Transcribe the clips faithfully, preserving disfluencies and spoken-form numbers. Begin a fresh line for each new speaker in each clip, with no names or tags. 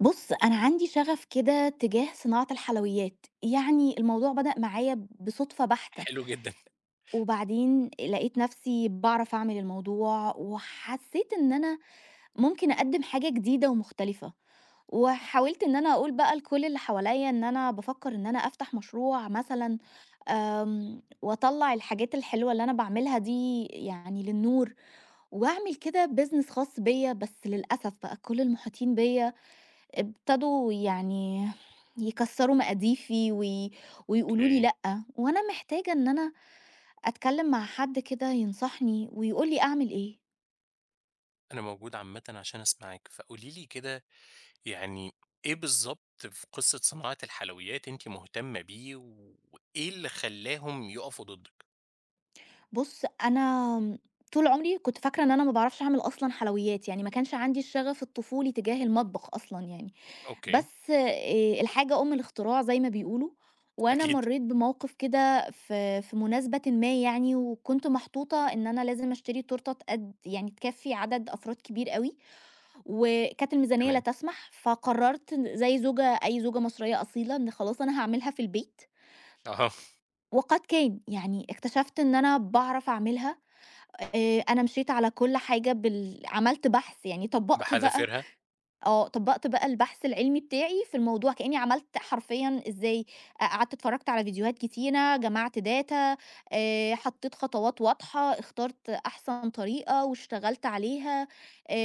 بُص، أنا عندي شغف كده تجاه صناعة الحلويات، يعني الموضوع بدأ معايا بصُدفة بحتة،
حلو جدًا.
وبعدين لقيت نَفْسي باعرف أعمل الموضوع، وحسّيت إن أنا ممكن أقدّم حاجة جديدة ومختلفة، وحاولت إن أنا أقول بقى لكل اللي حواليّا إن أنا بافكّر إن أنا أفتح مشروع مثلًا آمم، وأطلّع الحاجات الحلوة اللي أنا باعملها دي يعني للنور، وأعمل كده business خاص بيّا، بس للأسف بقى كل المحيطين بيّا ابتدوا يعني يكسروا مقاديفي وي... ويقولوا لي
أوكي.
لأ، وأنا محتاجة إن أنا أتكلم مع حد كده ينصحني ويقول لي أعمل إيه.
أنا موجود عامةً عشان أسمعِك، فقولي لي كده يعني إيه بالضبط في قصة صناعة الحلويات أنتِ مهتمة بيه، وإيه اللي خلّاهم يقفوا ضدِّك؟
بص، أنا طول عمري كنت فاكرة إن أنا ما بعرفش أعمل أصلا حلويات، يعني ما كانش عندي الشغف الطفولي تجاه المطبخ أصلا يعني.
أوكي.
بس إيه، الحاجة أم الاختراع زي ما بيقولوا، وأنا
أكيد،
مريت بموقف كده في في مناسبة ما يعني، وكنت محطوطة إن أنا لازم أشتري تورتة تقد يعني تكفي عدد أفراد كبير قوي، وكانت الميزانية لا
تمام.
تسمح، فقررت زي زوجة أي زوجة مصرية أصيلة إن خلاص أنا هاعملها في البيت،
أها،
وقد كان، يعني اكتشفت إن أنا باعرف أعملها. آآ أنا مشيت على كل حاجة، بال عملت بحث، يعني طبّقت بقى
بحذافيرها،
آه، طبّقت بقى البحث العلمي بتاعي في الموضوع، كإنّي عملت حرفيًا إزاي. أ قعدت اتفرّجت على فيديوهات كتيرة، جمعت data. آآ، حطّيت خطوات واضحة، اخترت أحسن طريقة واشتغلت عليها.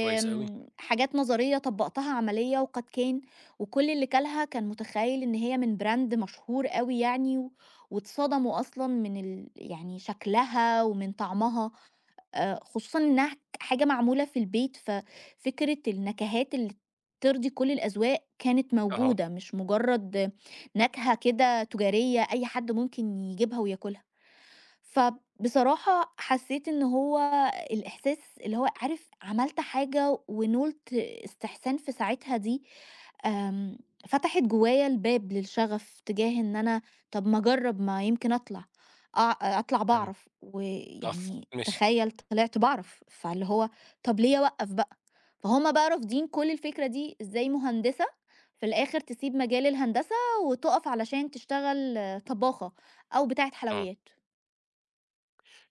كويس أوي.
حاجات نظرية طبّقتها عملية وقد كان. وكل اللي كَلها كان متخيّل إن هي من brand مشهور أوي يعني، و واتصدموا أصلًا من ال يعني شكلها ومن طعمها. آآ خصوصًا إنها ك حاجة معمولة في البيت، ففكرة النكهات اللي ترضي كل الأذواق كانت
أها،
موجودة، مش مجرد نكهة كده تجارية أي حد ممكن يجيبها وياكلها. فبصراحة حسيت إن هو الإحساس اللي هو عارف، عملت حاجة ونولت استحسان في ساعتها دي، آمم، فتحت جوايا الباب للشغف تجاه إن أنا طب ما أجرّب ما يمكن أطلع، أع أطلع
فهمت.
باعرف،
آه،
ويعني
ماشي،
تخيّل طلعت باعرف، فاللي هو طب ليه أوقّف بقى؟ فهُم بقى رافضين كل الفكرة دي، إزاي مهندسة في الآخر تسيب مجال الهندسة وتُقف علشان تشتغل آه، طباخة أو بتاعة
آه.
حلويات،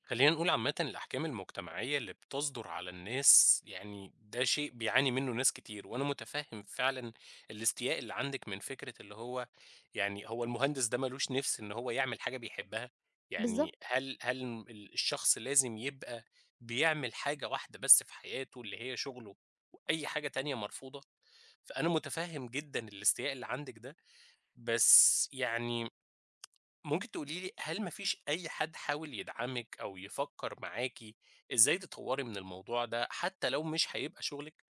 خلينا نقول عامةً الأحكام المجتمعية اللي بتصدر على الناس، يعني ده شيء بيعاني منه ناس كتير، وأنا متفهم فعلًا الاستياء اللي عندِك من فكرة اللي هو يعني هو المهندس ده ما لوش نِفس إن هو يعمل حاجة بيحبها؟ يعني
بالضبط.
هل هل ال الشخص لازم يبقى بيعمل حاجة واحدة بس في حياته اللي هي شغله، وأي حاجة تانية مرفوضة؟ فأنا متفهم جدًا الاستياء اللي عندِك ده، بس يعني ممكن تقولي لي هل ما فيش أي حد حاول يدعمِك أو يفكّر معاكِ إزاي تطوّري من الموضوع ده، حتى لو مش هيبقى شغلِك؟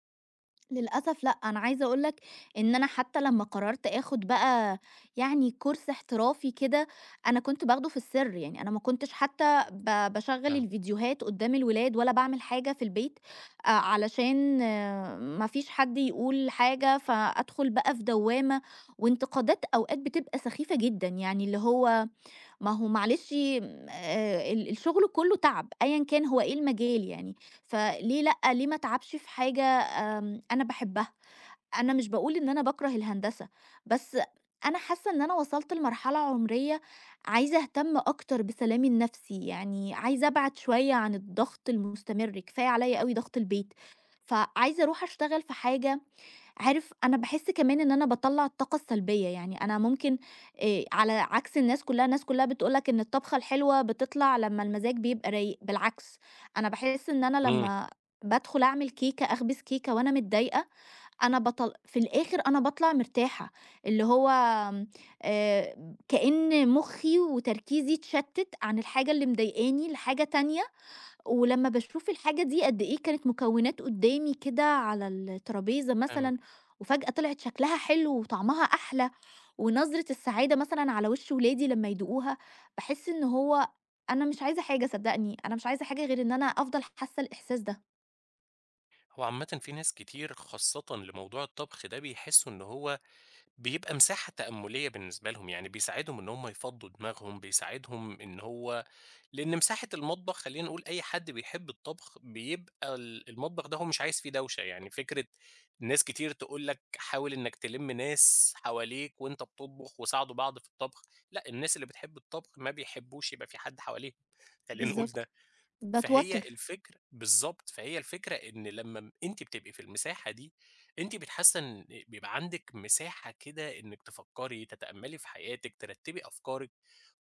للأسف لأ، أنا عايزة أقول لك إن أنا حتى لمّا قررت آخُد بقى يعني كورس احترافي كده، أنا كنت باخده في السِر، يعني أنا ما كنتش حتى ب باشغّل
فاهمِك،
الفيديوهات قُدّام الولاد ولا باعمل حاجة في البيت، آآ علشان آه، ما فيش حد يقول حاجة، فأدخُل بقى في دوّامة وانتقادات أوقات بتبقى سخيفة جدًا، يعني اللي هو ما هو معلش م آآ ال الشغل كُلّه تعب، أيًا كان هو إيه المجال يعني، فليه لأ، ليه ما اتعبش في حاجة آمم أنا باحبها؟ أنا مش باقول إن أنا باكره الهندسة، بس أنا حاسة إن أنا وصلت لمرحلة عمرية عايزة أهتم أكتر بسلامي النفسي، يعني عايزة أبعد شوية عن الضغط المستمر، كفاية عليّا
ح
أوي ضغط البيت، فعايزة أروح أشتغل في حاجة، عارف، أنا باحس كمان إن أنا باطلّع الطاقة السلبية، يعني أنا ممكن آآ على عكس الناس كلّها، الناس كلّها بتقول لك إن الطبخة الحلوة بتطلع لمّا المزاج بيبقى رايق، بالعكس أنا باحس إن أنا
إمم،
لمّا بادخل أعمل كيكة، أخبز كيكة وأنا متضايقة، أنا باطل في الآخر أنا باطلع مرتاحة، اللي هو آمم آآ كأن مُخّي وتركيزي اتشتِّت عن الحاجة اللي مضايقاني لحاجة تانية، ولمّا باشوف الحاجة دي قد إيه كانت مكونات قدّامي كده على الترابيزة مثلًا،
فاهمِك.
وفجأة طلعت شكلها حلو وطعمها أحلى، ونظرة السعادة مثلًا على وش ولادي لمّا يدوقوها، باحس إن هو أنا مش عايزة حاجة صدّقني، أنا مش عايزة حاجة غير إن أنا أفضل حاسة الإحساس ده.
هو عامةً في ناس كتير خاصةً لموضوع الطبخ ده بيحسّوا إن هو بيبقى مساحة تأمُّلية بالنسبة لهم، يعني بيساعدهم إن هم يفضّوا دماغهم، بيساعدهم إن هو لأن مساحة المطبخ خلّينا نقول أي حد بيحب الطبخ بيبقى ال المطبخ ده هو مش عايز فيه دوشة، يعني فكرة ناس كتير تقول لك حاول إنك تلِم ناس حواليك وأنت بتطبخ وساعدوا بعض في الطبخ، لأ الناس اللي بتحب الطبخ ما بيحبوش يبقى في حد حواليهم، خلّينا نقول
بالضبط.
ده. فهي
باتوتر،
الفكر بالضبط، فهي الفكرة إن لمّا م أنتِ بتبقي في المساحة دي، أنتِ بت حاسة إن بيبقى عندِك مساحة كده إنِّك تفكّري، تتأمّلي في حياتِك، ترتّبي أفكارِك،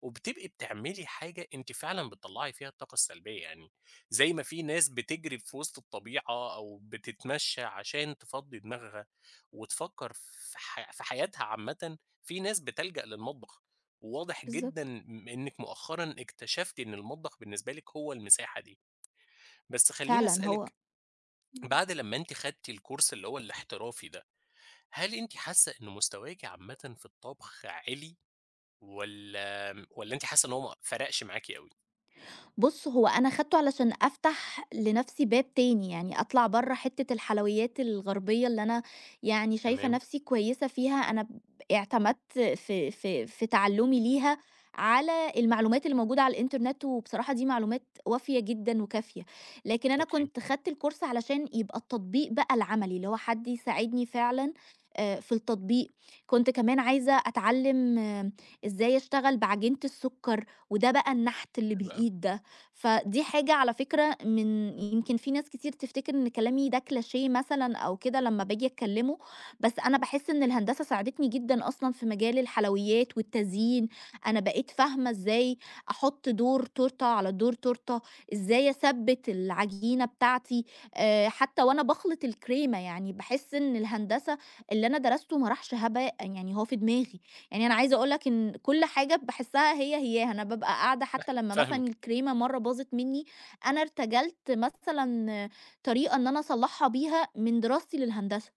وبتبقي بتعملي حاجة أنتِ فعلًا بتطلّعي فيها الطاقة السلبية، يعني زي ما في ناس بتجري في وسط الطبيعة أو بتتمشى عشان تفضّي دماغها وتفكّر في ح في حياتها عامةً، في ناس بتلجأ للمطبخ، وواضح جدًا
بالضبط،
م إنِّك مؤخرًا اكتشفتِ إن المطبخ بالنسبة لِك هو المساحة دي. بس خلّيني
فعلًا هو
أسألِك،
إمم.
بعد لمّا أنتِ خدتِ الcourse اللي هو الاحترافي ده، هل أنتِ حاسة إن مستواكِ عامةً في الطبخ عِلي والّا والّا أنتِ حاسة إن هو ما فرقش معاكِ أوي؟
بُص، هو أنا خدته علشان أفتح لنفسي باب تاني، يعني أطلع برّه حتّة الحلويات الغربية اللي أنا يعني شايفة
تمام،
نفسي كويسة فيها، أنا ب اعتمدت في في في تعلُّمي ليها على المعلومات اللي موجودة على الإنترنت، وبصراحة دي معلومات وافية جدًا وكافية. لكن أنا
أوكي،
كنت خدت الكورس علشان يبقى التطبيق بقى العملي، اللي هو حد يساعدني فعلًا آآ في التطبيق. كنت كمان عايزة أتعلِّم آه، إزاي أشتغل بعجينة السُكّر، وده بقى النحت اللي
حلو أوي،
بالإيد ده. فدي حاجة على فكرة من يمكن في ناس كتير تفتكر إن كلامي ده كلاشيه مثلًا أو كده لمّا باجي أتكلمه، بس أنا باحس إن الهندسة ساعدتني جدًا أصلًا في مجال الحلويات والتزيين، أنا بقيت فاهمة إزاي أحط دور تورتة على دور تورتة، إزاي أثبّت العجينة بتاعتي، آآ حتى وأنا باخلط الكريمة يعني باحس إن الهندسة اللي أنا درسته ما راحش هباءً يعني هو في دماغي. يعني أنا عايزة أقول لك إن كل حاجة باحسّها هي، هياها، أنا بابقى قاعدة حتى لمّا مثلًا
فاهمِك،
الكريمة مرّة باظت منّي، أنا ارتجلت مثلًا طريقة إن أنا أصلّحها بيها من دراستي للهندسة،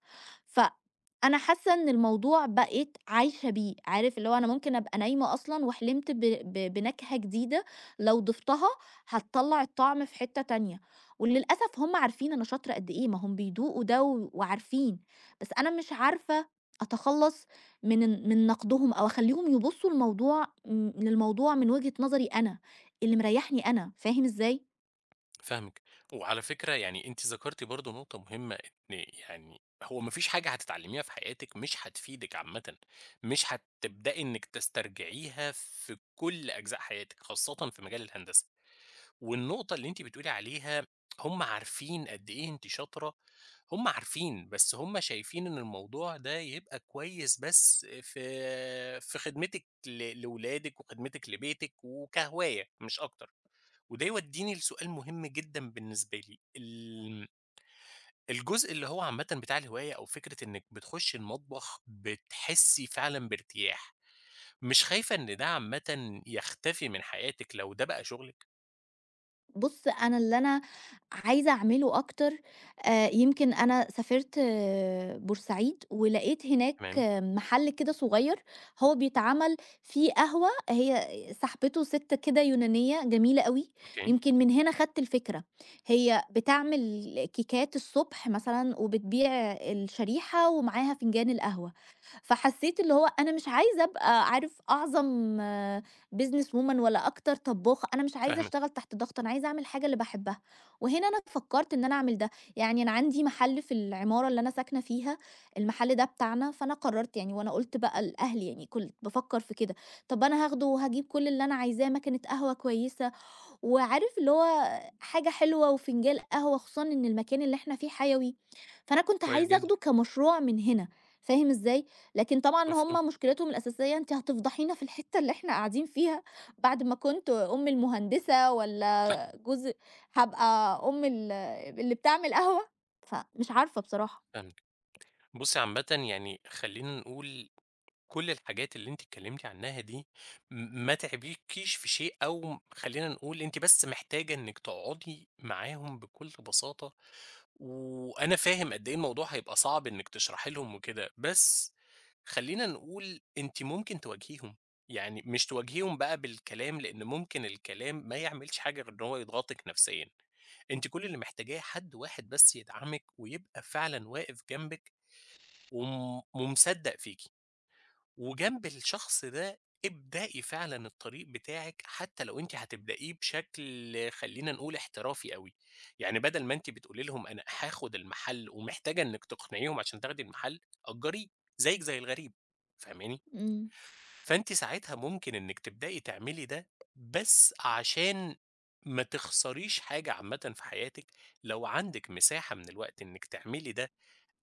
فأنا حاسة إن الموضوع بقيت عايشة بيه، عارف اللي هو أنا ممكن أبقى نايمة أصلًا وحلمت ب ب بنكهة جديدة لو ضفتها هتطلّع الطعم في حتّة تانية، وللأسف هُم عارفين أنا شاطرة قد إيه، ما هُم بيدوقوا ده و وعارفين، بس أنا مش عارفة أتخلّص من ال من نقدهم أو أخلّيهم يبُصّوا الموضوع م للموضوع من وجهة نظري أنا، اللي مريّحني أنا، فاهم إزاي؟
فاهمِك. وعلى فكرة يعني أنتِ ذكرتِ برضه نقطة مهمة إن يعني هو ما فيش حاجة هتتعلميها في حياتِك مش هتفيدِك عامةً، مش هتبدئي إنِّك تسترجعيها في كل أجزاء حياتِك، خاصةً في مجال الهندسة. والنقطة اللي أنتِ بتقولي عليها هم عارفين قد إيه أنتِ شاطرة، هم عارفين، بس هم شايفين إن الموضوع ده يبقى كويس بس في في خدمتِك ل لولادِك وخدمتِك لبيتِك وكهواية مش أكتر، وده يوديني لسؤال مهم جدًا بالنسبة لي، ال الجزء اللي هو عامةً بتاع الهواية أو فكرة إنِك بتخشي المطبخ بتحسي فعلًا بارتياح، مش خايفة إن ده عامةً يختفي من حياتِك لو ده بقى شغلِك؟
بُص، أنا اللي أنا عايزة أعمله أكتر آآ، يمكن أنا سافرت آه، بورسعيد ولقيت هناك
تمام،
آه، محل كده صغير، هو بيتعمل فيه قهوة، هي صاحبته سِت كده يونانية جميلة أوي،
أوكي،
يمكن من هنا خدت الفكرة، هي بتعمل كيكات الصبح مثلًا وبتبيع الشريحة ومعاها فنجان القهوة، فحسيت اللي هو أنا مش عايزة أبقى عارف أعظم business woman ولا أكتر طباخة، أنا مش عايزة
فاهمِك،
أشتغل تحت ضغط، أنا عايزة أعمل الحاجة اللي باحبها، وهنا أنا فكّرت إن أنا أعمل ده، يعني أنا عندي محل في العمارة اللي أنا ساكنة فيها، المحل ده بتاعنا، فأنا قررت، يعني وأنا قُلت بقى لأهلي يعني كنت بافكّر في كده، طب أنا هاخده وهاجيب كل اللي أنا عايزاه، ماكينة قهوة كويسة وعارف اللي هو حاجة حلوة وفنجان قهوة، خصوصًا إن المكان اللي إحنا فيه حيوي، فأنا كنت
كويس
عايزة
جدًا.
آخده كمشروع من هنا، فاهم إزاي؟ لكن طبعًا
مفهوم،
هُم مشكلتهم الأساسية أنتِ هتفضحينا في الحتة اللي إحنا قاعدين فيها، بعد ما كنت أم المهندسة
لأ،
والّا جوز هابقى أم ال اللي بتعمل قهوة، فمش عارفة بصراحة.
فاهمِك. بُصّي عامةً يعني خلّينا نقول كل الحاجات اللي أنتِ اتكلمتِ عنها دي م ما تعبِكيش في شيء أو خلّينا نقول أنتِ بس محتاجة إنِّك تقعدي معاهم بكل بساطة، وأنا فاهم قد إيه الموضوع هيبقى صعب إنِّك تشرحي لهم وكده، بس خلّينا نقول أنتِ ممكن تواجهيهم، يعني مش تواجهيهم بقى بالكلام لإن ممكن الكلام ما يعملش حاجة غير إن هو يضغطِك نفسيًا. أنتِ كل اللي محتاجاه حد واحد بس يدعمِك ويبقى فعلًا واقف جنبِك وم ومصدّق فيكِ، وجنب الشخص ده ابدئي فعلًا الطريق بتاعِك حتى لو أنتِ هتبدئيه بشكل خلّينا نقول احترافي أوي، يعني بدل ما أنتِ بتقولي لهم أنا هاخد المحل ومحتاجة إنِّك تقنعيهم عشان تاخدي المحل، أجّريه زيِّك زي الغريب، فاهماني؟
إمم.
فأنتِ ساعتها ممكن إنِّك تبدئي تعملي ده، بس عشان ما تخسريش حاجة عامةً في حياتِك، لو عندِك مساحة من الوقت إنِّك تعملي ده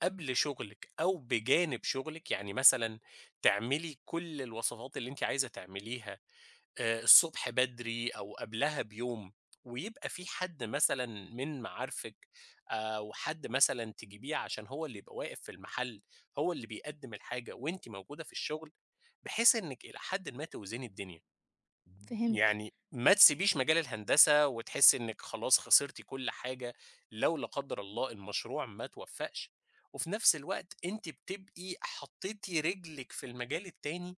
قبل شغلِك أو بجانب شغلِك، يعني مثلًا تعملي كل الوصفات اللي أنتِ عايزة تعمليها آآ الصبح بدري أو قبلها بيوم، ويبقى في حد مثلًا من معارفِك أو حد مثلًا تجيبيه عشان هو اللي يبقى واقف في المحل، هو اللي بيقدّم الحاجة وأنتِ موجودة في الشغل، بحيث إنِّك إلى حدٍ ما توزني الدنيا.
فهمت.
يعني ما تسيبيش مجال الهندسة وتحسّي إنِّك خلاص خسرتِ كل حاجة لو لا قدّر الله المشروع ما توفّقش، وفي نفس الوقت أنتِ بتبقي حطّيتِ رجلِك في المجال التاني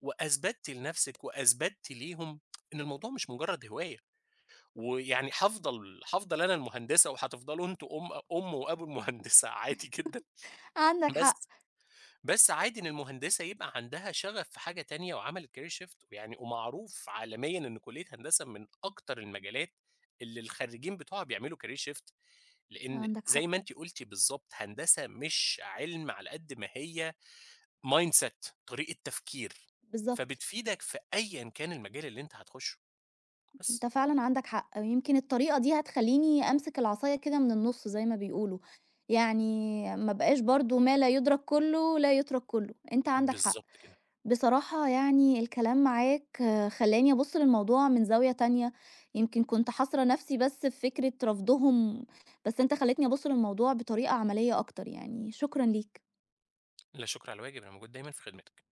وأثبتِّ لنفسِك وأثبتِّ ليهم إن الموضوع مش مجرد هواية، ويعني هافضل هافضل أنا المهندسة وهتفضلوا أنتم أم أم وأبو المهندسة عادي جدًا،
عندك حق،
بس بس عادي إن المهندسة يبقى عندها شغف في حاجة تانية وعملت career shift ويعني ومعروف عالميًا إن كلية هندسة من أكتر المجالات اللي الخريجين بتوعها بيعملوا career shift لإن
عندك حق،
زي ما أنتِ قُلتِ بالضبط هندسة مش علم على قد ما هي mindset طريقة تفكير،
بالضبط.
فبتفيدك في أيًا كان المجال اللي أنت هتخشه، بس.
أنت فعلًا عندك حق، ويمكن الطريقة دي هتخلّيني أمسك العصاية كده من النُص زي ما بيقولوا، يعني ما أبقاش برضه ما لا يُدرك كُلّه لا يترك كُلّه، أنت عندك حق.
بالضبط كده،
بصراحة يعني الكلام معاك آه، خلّاني أبُص للموضوع من زاوية تانية، يمكن كنت حاصرة نَفْسي بس في فكرة رفضهم، بس أنت خلّيتني أبُص للموضوع بطريقة عملية أكتر يعني، شكرًا ليك.
لا شكر على واجب، أنا موجود دايمًا في خدمتك.